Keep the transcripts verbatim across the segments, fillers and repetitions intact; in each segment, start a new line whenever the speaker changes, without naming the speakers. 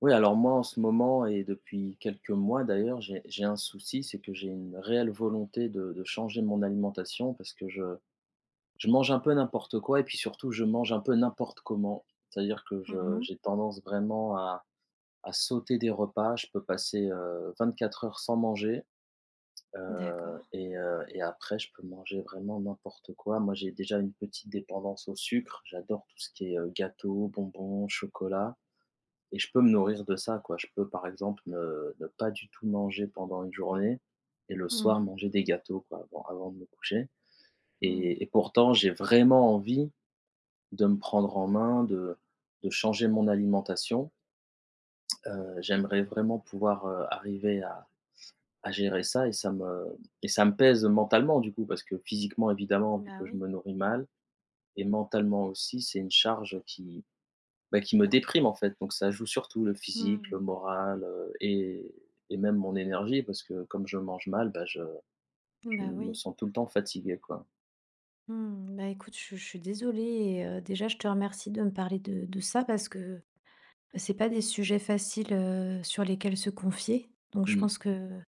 Oui, alors moi, en ce moment et depuis quelques mois d'ailleurs, j'ai j'ai un souci, c'est que j'ai une réelle volonté de de changer mon alimentation parce que je je mange un peu n'importe quoi et puis surtout, je mange un peu n'importe comment. C'est-à-dire que je
Mmh.
j'ai tendance vraiment à à sauter des repas. Je peux passer, heu, vingt-quatre heures sans manger, heu
D'accord.
et heu et après je peux manger vraiment n'importe quoi. Moi, j'ai déjà une petite dépendance au sucre. J'adore tout ce qui est, heu, gâteaux, bonbons, chocolat, et je peux me nourrir de ça, quoi. Je peux, par exemple, ne ne pas du tout manger pendant une journée et le
Mmh
soir
mh.
manger des gâteaux, quoi, avant avant de me coucher,
Mmh.
et et pourtant j'ai vraiment envie de me prendre en main, de de changer mon alimentation. Heu, j'aimerais vraiment pouvoir, heu, arriver à à gérer ça, et ça me et ça me pèse mentalement, du coup, parce que physiquement, évidemment, vu
Bah
que je
oui.
me nourris mal, et mentalement aussi, c'est une charge qui, bah, qui me déprime en fait. Donc ça joue surtout le physique,
Mmh.
le moral, heu et et même mon énergie, parce que comme je mange mal, bah, je je
Bah
me
oui.
sens tout le temps fatigué, quoi.
Mmh. Bah écoute, je je suis désolée et heu, déjà je te remercie de me parler de de ça parce que c'est pas des sujets faciles, heu, sur lesquels se confier. Donc je
Mmh.
pense que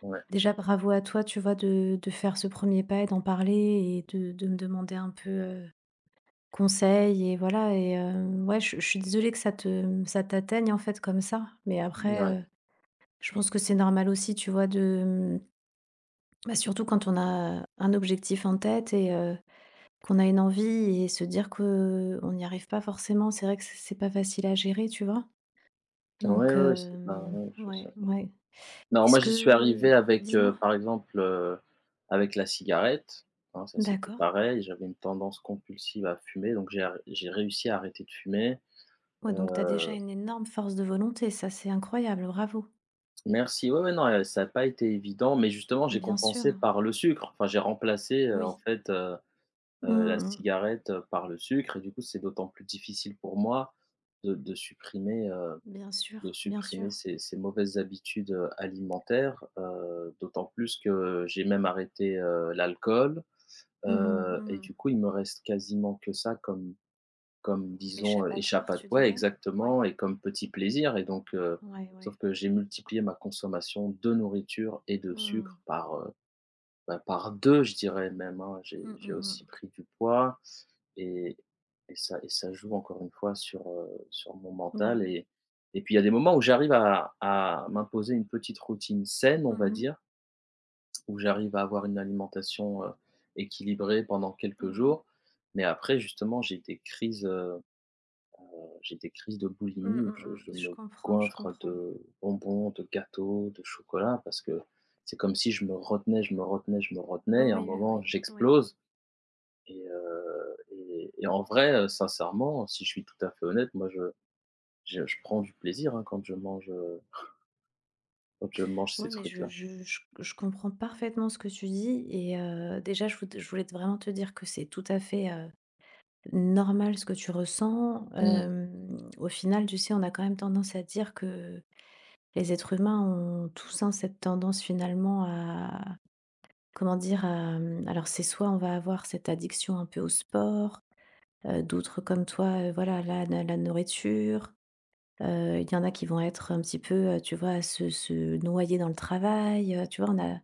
Ouais.
déjà bravo à toi, tu vois, de de faire ce premier pas et d'en parler et de de me demander un peu, heu, conseil et voilà et hem, ouais, je je suis désolée que ça te ça t'atteigne en fait comme ça. Mais après,
Ouais.
heu, je pense que c'est normal aussi, tu vois, de. Mmh. Bah, surtout quand on a un objectif en tête et heu, qu'on a une envie et se dire que on n'y arrive pas forcément, c'est vrai que c'est pas facile à gérer, tu vois?
Ouais, ouais,
Donc
ouais, c'est pas,
hem,
ouais, je sais.
ouais, ouais.
Non, moi
Est-ce
j'y suis arrivé
que
avec,
dis-moi?
heu, par exemple, heu, avec la cigarette, hein, ça c'était
D'accord.
pareil, j'avais une tendance compulsive à fumer, donc j'ai arr j'ai réussi à arrêter de fumer.
Ouais, donc tu as déjà
heu
une énorme force de volonté, ça, c'est incroyable, bravo.
Merci, ouais, ouais, non, heu, ça n'a pas été évident, mais justement j'ai
Bien sûr,
compensé par le sucre. Enfin j'ai remplacé, heu, en
oui.
fait, euh, heu, la
Mmh mh.
cigarette, heu, par le sucre, et du coup, c'est d'autant plus difficile pour moi de de supprimer, heu,
Bien
de
sûr, bien sûr.
supprimer ces ces mauvaises habitudes, heu, alimentaires, heu, d'autant plus que j'ai même arrêté, heu, l'alcool,
Mmh mh,
heu et
mmh.
du coup, il me reste quasiment que ça comme, comme disons, heu,
Échappatoire,
échappato,
tu
ouais,
dirais? Ouais.
exactement, et comme petit plaisir. Et donc, heu,
Ouais,
sauf
ouais.
que j'ai multiplié ma consommation de nourriture et de
Mmh mh.
sucre par, heu bah, par deux je dirais même, hein. J'ai
Mmh mh,
j'ai
mmh.
aussi pris du poids, et et ça et ça joue encore une fois sur, heu, sur mon
Bah,
mental,
oui.
et et puis il y a des moments où j'arrive à à m'imposer une petite routine saine, on va
Mmh
dire, où j'arrive à avoir une alimentation, heu, équilibrée pendant
mmh.
quelques
Oui.
jours. Mais après justement, j'ai des crises, j'ai des crises de
Mmh,
boulimie où
mmh,
je
mmh.
je
Je
me
comprends, je
goinfre
comprends.
de bonbons, de gâteaux, de chocolat, parce que c'est comme si je me retenais, je me retenais, je me retenais, et à un
Oui, oui,
moment
oui, oui.
j'explose. Et heu et et en vrai, heu, sincèrement, si je suis tout à fait honnête, moi je je je prends du plaisir, hein, quand je mange, heu, quand je mange ces
Oui, mais je
trucs-là.
je je je comprends parfaitement ce que tu dis et heu, déjà je vou je voulais te vraiment te dire que c'est tout à fait, heu, normal ce que tu ressens.
Mmh.
Hem, au final, tu sais, on a quand même tendance à dire que les êtres humains ont tous, hein, cette tendance finalement à comment dire? À, mmh, alors c'est soit on va avoir cette addiction un peu au sport, heu, d'autres comme toi, heu, voilà, la la la nourriture. Heu, il y en a qui vont être un petit peu, heu, tu vois, se se noyer dans le travail, heu, tu vois? On a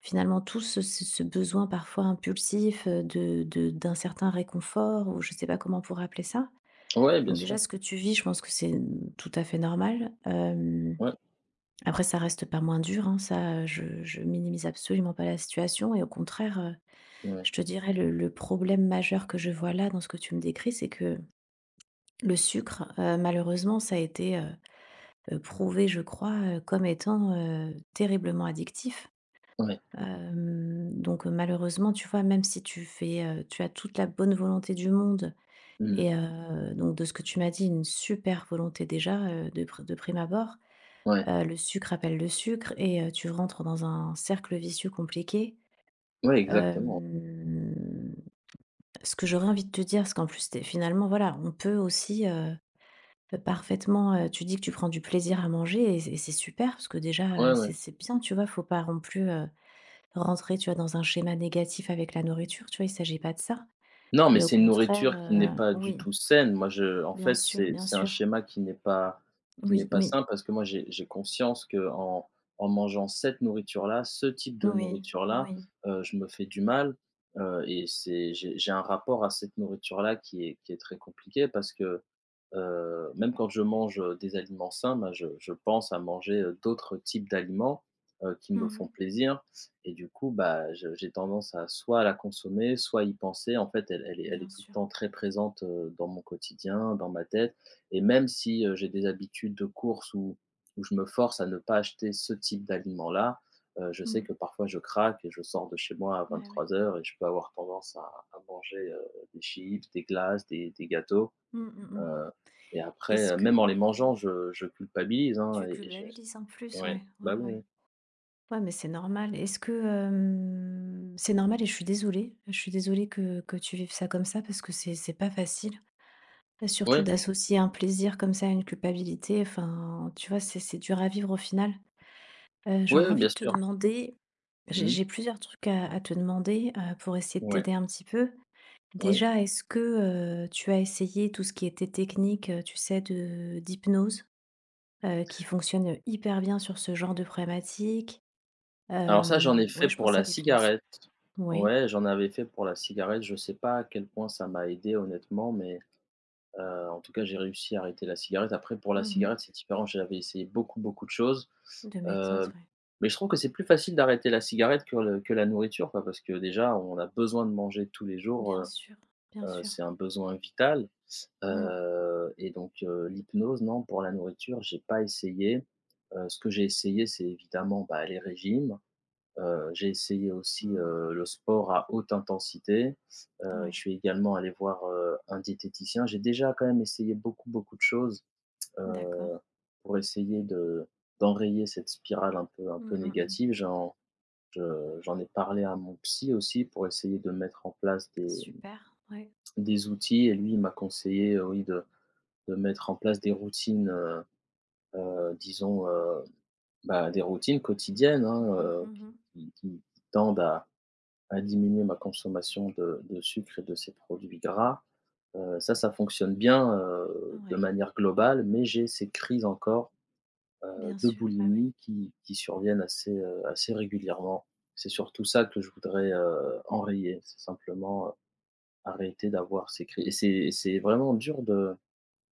finalement tous ce ce ce besoin parfois impulsif, heu, de de d'un certain réconfort ou je ne sais pas comment on pourrait appeler ça.
Ouais, bien
Donc déjà
sûr.
ce que tu vis, je pense que c'est, mmh, tout à fait normal. Hem,
Ouais,
après ça reste pas moins dur, hein, ça, je je minimise absolument pas la situation et au contraire, heu,
ouais,
je te dirais le le problème majeur que je vois là dans ce que tu me décris, c'est que le sucre, heu, malheureusement ça a été, euh, heu, prouvé, je crois, heu, comme étant, heu, terriblement addictif.
ouais.
Hem, donc heu, malheureusement, tu vois, même si tu fais, heu, tu as toute la bonne volonté du monde
Mmh.
et heu, donc de ce que tu m'as dit, une super volonté déjà, heu, de pr de prime abord.
Ouais.
Heu, le sucre appelle le sucre et heu, tu rentres dans un cercle vicieux compliqué.
Ouais, exactement.
Hem, Ce que j'aurais envie de te dire, c'est qu'en plus, tu finalement, voilà, on peut aussi. Heu, parfaitement, heu, tu dis que tu prends du plaisir à manger et c'est et c'est super parce que déjà,
Ouais,
heu,
ouais.
c'est c'est bien, tu vois? Faut pas non plus, heu, rentrer, tu vois, dans un schéma négatif avec la nourriture, tu vois? Il s'agit pas de ça,
Non, mais
mais au
c'est une
contraire,
nourriture qui n'est
heu
pas du
oui,
tout saine. Moi, je En
bien
fait,
sûr,
c'est
bien
c'est un
sûr.
schéma qui n'est pas qui n'est
Oui,
pas
oui,
sain, parce que moi, j'ai j'ai conscience que en en mangeant cette nourriture-là, ce type de
oui,
nourriture-là,
oui.
heu, je me fais du mal. Heu et c'est j'ai j'ai un rapport à cette nourriture-là qui est qui est très compliqué, parce que, Heu, même quand je mange des aliments sains, ben, je je pense à manger, heu, d'autres types d'aliments, heu, qui me
Mmh.
font plaisir. Et du coup, bah, je j'ai tendance à soit la consommer, soit y penser. En fait, elle elle est elle
Bien
est tout le
sûr.
temps très présente, heu, dans mon quotidien, dans ma tête. Et même si, heu, j'ai des habitudes de course où où je me force à ne pas acheter ce type d'aliments-là, heu, je sais
Mmh.
que parfois je craque et je sors de chez moi à
Bah, oui.
vingt-trois heures, et je peux avoir tendance à à manger, heu, des chips, des glaces, des des gâteaux.
Mmh, mmh mh.
Heu et après,
Est-ce
euh,
que,
même en les mangeant,
hem,
je je culpabilise, hein,
tu
et et j'ai
culpabilises en plus?
ouais,
Ouais, ouais,
bah, oui,
ouais.
oui.
Ouais, mais c'est normal. Est-ce que, hem, c'est normal et je suis désolée. Je suis désolée que que tu vives ça comme ça parce que c'est c'est pas facile. Et Surtout Ouais.
Ouais,
d'associer un plaisir comme ça à une culpabilité, enfin, tu vois, c'est c'est dur à vivre au final. Heu, j'aurais
ouais,
envie
bien
de te
sûr.
demander. j'ai
Mmh mh.
j'ai plusieurs trucs à à te demander, heu, pour essayer de
Ouais,
t'aider un petit peu.
oui.
Déjà, est-ce que, heu, tu as essayé tout ce qui était technique, heu, tu sais, de d'hypnose, heu, qui fonctionne hyper bien sur ce genre de problématique?
Alors ça, j'en ai
Hem, ouais,
fait
je
pour
pense à
la
l'hypnose.
cigarette.
Oui.
Ouais, j'en avais fait pour la cigarette. Je sais pas à quel point ça m'a aidé honnêtement, mais heu, en tout cas, j'ai réussi à arrêter la cigarette. Après pour la
Mmh.
cigarette, c'est différent. J'avais essayé beaucoup, beaucoup de choses,
De méthode,
heu,
ouais.
mais je trouve que c'est plus facile d'arrêter la cigarette que le que la nourriture, quoi, parce que déjà, on a besoin de manger tous les jours.
Bien
Heu
sûr, bien
heu,
sûr.
c'est un besoin vital.
Mmh.
Heu et donc, heu, l'hypnose, non, pour la nourriture, j'ai pas essayé. Heu, ce que j'ai essayé, c'est évidemment, bah, les régimes. Heu, j'ai essayé aussi,
Mmh.
heu, le sport à haute intensité. Heu, je
Ouais.
suis également allé voir, heu, un diététicien. J'ai déjà quand même essayé beaucoup, beaucoup de choses,
D'accord.
heu, pour essayer de d'enrayer cette spirale un peu un peu
Mmh, mmh mh.
négative. J'en je j'en ai parlé à mon psy aussi pour essayer de mettre en place des
Super, ouais.
des outils, et lui, il m'a conseillé, heu, oui, de de mettre en place des routines, heu heu, disons, heu, bah, des routines quotidiennes, hein,
Mmh mh,
heu,
mmh.
qui qui qui tendent à à diminuer ma consommation de de sucre et de ces produits gras. Heu, ça, ça fonctionne bien, heu, de
Ouais,
manière globale, mais j'ai ces crises encore, heu,
bien
de
sûr, bah, oui.
boulimie qui qui surviennent assez, heu, assez régulièrement. C'est surtout ça que je voudrais, heu, enrayer. C'est simplement, heu, arrêter d'avoir ces crises. Et c'est et c'est vraiment dur de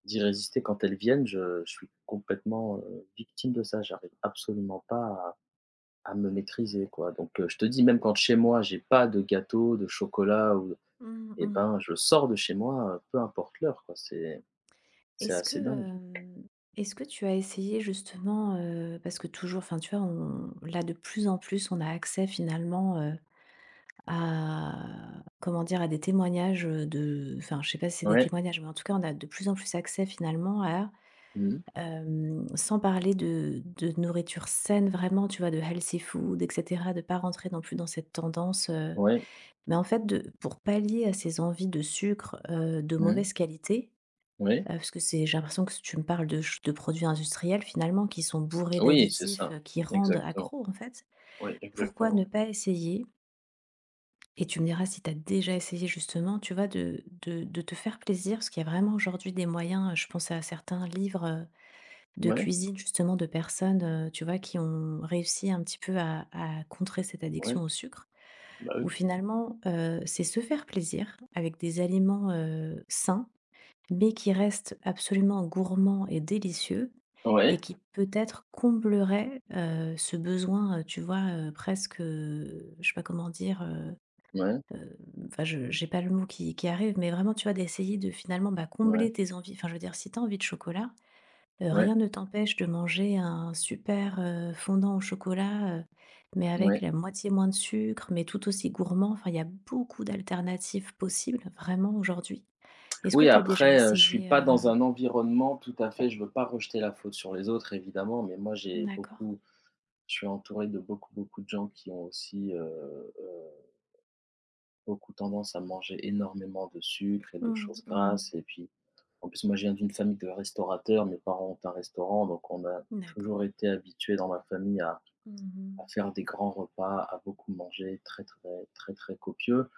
D'y résister quand elles viennent. Je je suis complètement, heu, victime de ça. J'arrive absolument pas à à me maîtriser, quoi. Donc, heu, je te dis, même quand chez moi, j'ai pas de gâteau, de chocolat ou,
Mmh mh,
et
mmh.
ben, je sors de chez moi, heu, peu importe l'heure, quoi. C'est c'est
Est-ce que,
assez dingue.
hem, Est-ce que tu as essayé justement, heu, parce que toujours enfin, tu vois, on là, de plus en plus, on a accès finalement, heu, à comment dire? À des témoignages, de enfin, je sais pas si c'est des
Ouais.
témoignages, mais en tout cas, on a de plus en plus accès finalement à.
Mmh mh.
Hem, sans parler de de nourriture saine vraiment, tu vois? De healthy food et cetera, de pas rentrer non plus dans cette tendance, heu,
Ouais.
mais en fait de pour pallier à ces envies de sucre, heu, de
Mmh mh.
mauvaise qualité,
Oui.
heu, parce que c'est j'ai l'impression que tu me parles de ch de produits industriels finalement qui sont bourrés
Oui, c'est
d'additifs,
ça.
heu, qui rendent
Exactement.
accro en fait.
Oui,
Pourquoi
exactement.
ne pas essayer et tu me diras si tu as déjà essayé justement, tu vois? De de de te faire plaisir, parce qu'il y a vraiment aujourd'hui des moyens, heu, je pense à certains livres, de
Ouais,
cuisine justement de personnes, heu, tu vois, qui ont réussi un petit peu à à contrer cette
ouais,
addiction au sucre,
bah,
où
oui.
finalement, heu, c'est se faire plaisir avec des aliments, heu, sains, mais qui restent absolument gourmands et délicieux et
Ouais.
qui peut-être comblerait heu, ce besoin, heu, tu vois, heu, presque, heu, je sais pas comment dire, heu,
Ouais,
heu, enfin je j'ai pas le mot qui qui arrive, mais vraiment, tu vois, d'essayer de finalement, bah,
ouais,
combler tes envies. Enfin, je veux dire, si tu as envie de chocolat, Heu,
ouais,
rien ne t'empêche de manger un super, heu, fondant au chocolat, heu, mais avec
ouais.
la moitié moins de sucre, mais tout aussi gourmand. Enfin, il y a beaucoup d'alternatives possibles, vraiment, aujourd'hui. Est-ce que
Oui,
tu as déjà
après, heu, je suis
essayé,
pas dans
heu?
un environnement tout à fait, je veux pas rejeter la faute sur les autres évidemment, mais moi j'ai
D'accord.
beaucoup, je suis entouré de beaucoup, beaucoup de gens qui ont aussi, heu heu, beaucoup tendance à manger énormément de sucre et
Mmh
de
mh.
choses
Mmh.
grasses, et puis, en plus moi je viens d'une famille de restaurateurs, mes parents ont un restaurant, donc on a
D'accord.
toujours été habitués dans ma famille à
Mmh
à
mmh.
faire des grands repas, à beaucoup manger, très, très, très, très copieux.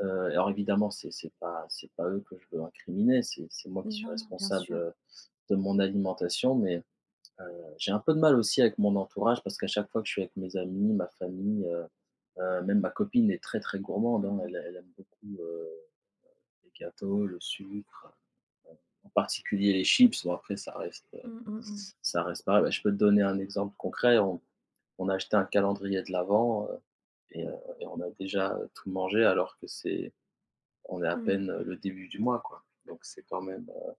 Heu, alors évidemment c'est c'est pas c'est pas eux que je veux incriminer, c'est c'est moi qui suis
Non, non, bien
responsable,
sûr.
euh, de mon alimentation. Mais heu, j'ai un peu de mal aussi avec mon entourage, parce qu'à chaque fois que je suis avec mes amis, ma famille, heu heu, même ma copine est très, très gourmande,
Mmh
hein. Elle
mh.
elle aime beaucoup, heu, les gâteaux, le sucre, en particulier les chips. Bon après ça reste, heu,
Mmh, mmh mh.
ça reste pareil. Bah, je peux te donner un exemple concret. On on a acheté un calendrier de l'avent, heu et heu et on a déjà tout mangé, alors que c'est on est à
Mmh.
peine, heu, le début du mois, quoi. Donc c'est quand même, heu,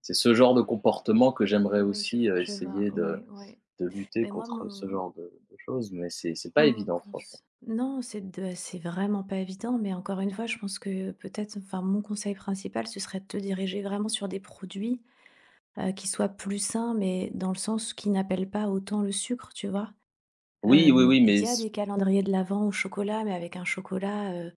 c'est ce genre de comportement que j'aimerais
Oui, je
aussi,
vois,
heu,
je vois.
essayer de
Ouais, ouais.
de lutter
Mais moi,
contre ce
mon
genre de de choses, mais c'est c'est pas
Mon
évident franchement.
conse non, c'est de euh, c'est vraiment pas évident, mais encore une fois, je pense que peut-être, enfin, mon conseil principal, ce serait de te diriger vraiment sur des produits, heu, qui soient plus sains, mais dans le sens qui n'appellent pas autant le sucre, tu vois?
Oui, oui,
Hem,
oui,
il
mais
y a
c
des calendriers de l'avent au chocolat, mais avec un chocolat, heu,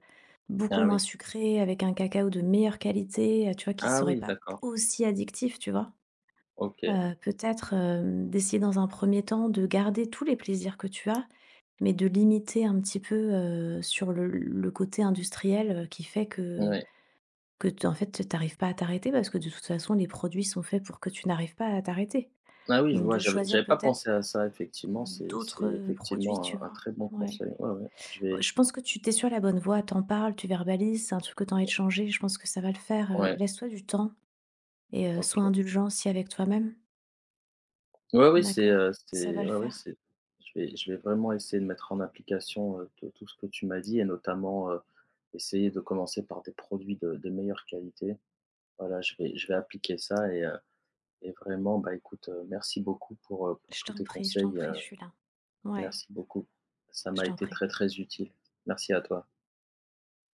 beaucoup
ah
moins
oui.
sucré, avec un cacao de meilleure qualité, heu, tu vois? Qui
Ah
serait
oui,
pas
d'accord.
aussi addictif, tu vois?
OK.
Heu, peut-être, hem, d'essayer dans un premier temps de garder tous les plaisirs que tu as, mais de limiter un petit peu, heu, sur le le côté industriel, heu, qui fait que
Ouais.
que t en fait, tu n'arrives pas à t'arrêter parce que de toute façon les produits sont faits pour que tu n'arrives pas à t'arrêter.
Ah oui, je
Donc
vois,
de
j'avais
choisir
j'avais pas
peut-être
pensé à ça effectivement, c'est c'est
d'autres, heu, produits, tu
effectivement un un
vois?
très bon
Ouais.
conseil. Ouais, ouais, je
Bah,
vais
je pense que tu tu es sur la bonne voie, t'en parles, tu verbalises, c'est un truc que t'as envie de changer, je pense que ça va le faire, heu,
ouais,
laisse-toi du temps et heu, sois
OK.
indulgent aussi avec toi-même,
Ouais, oui, c'est,
d'accord?
heu,
Ça va
c'est
le
ouais, oui,
faire.
c'est, je vais je vais vraiment essayer de mettre en application, heu, tout tout ce que tu m'as dit, et notamment, heu, essayer de commencer par des produits de de meilleure qualité. Voilà, je vais je vais appliquer ça. et euh, Et vraiment, bah, écoute, heu, merci beaucoup pour, heu, pour
Je
tous
t'en
tes
prie, je t'en
conseils.
prie, je
Heu,
suis là. Ouais,
merci beaucoup. Ça
je
m'a
t'en
été
prie.
très, très utile. Merci à toi.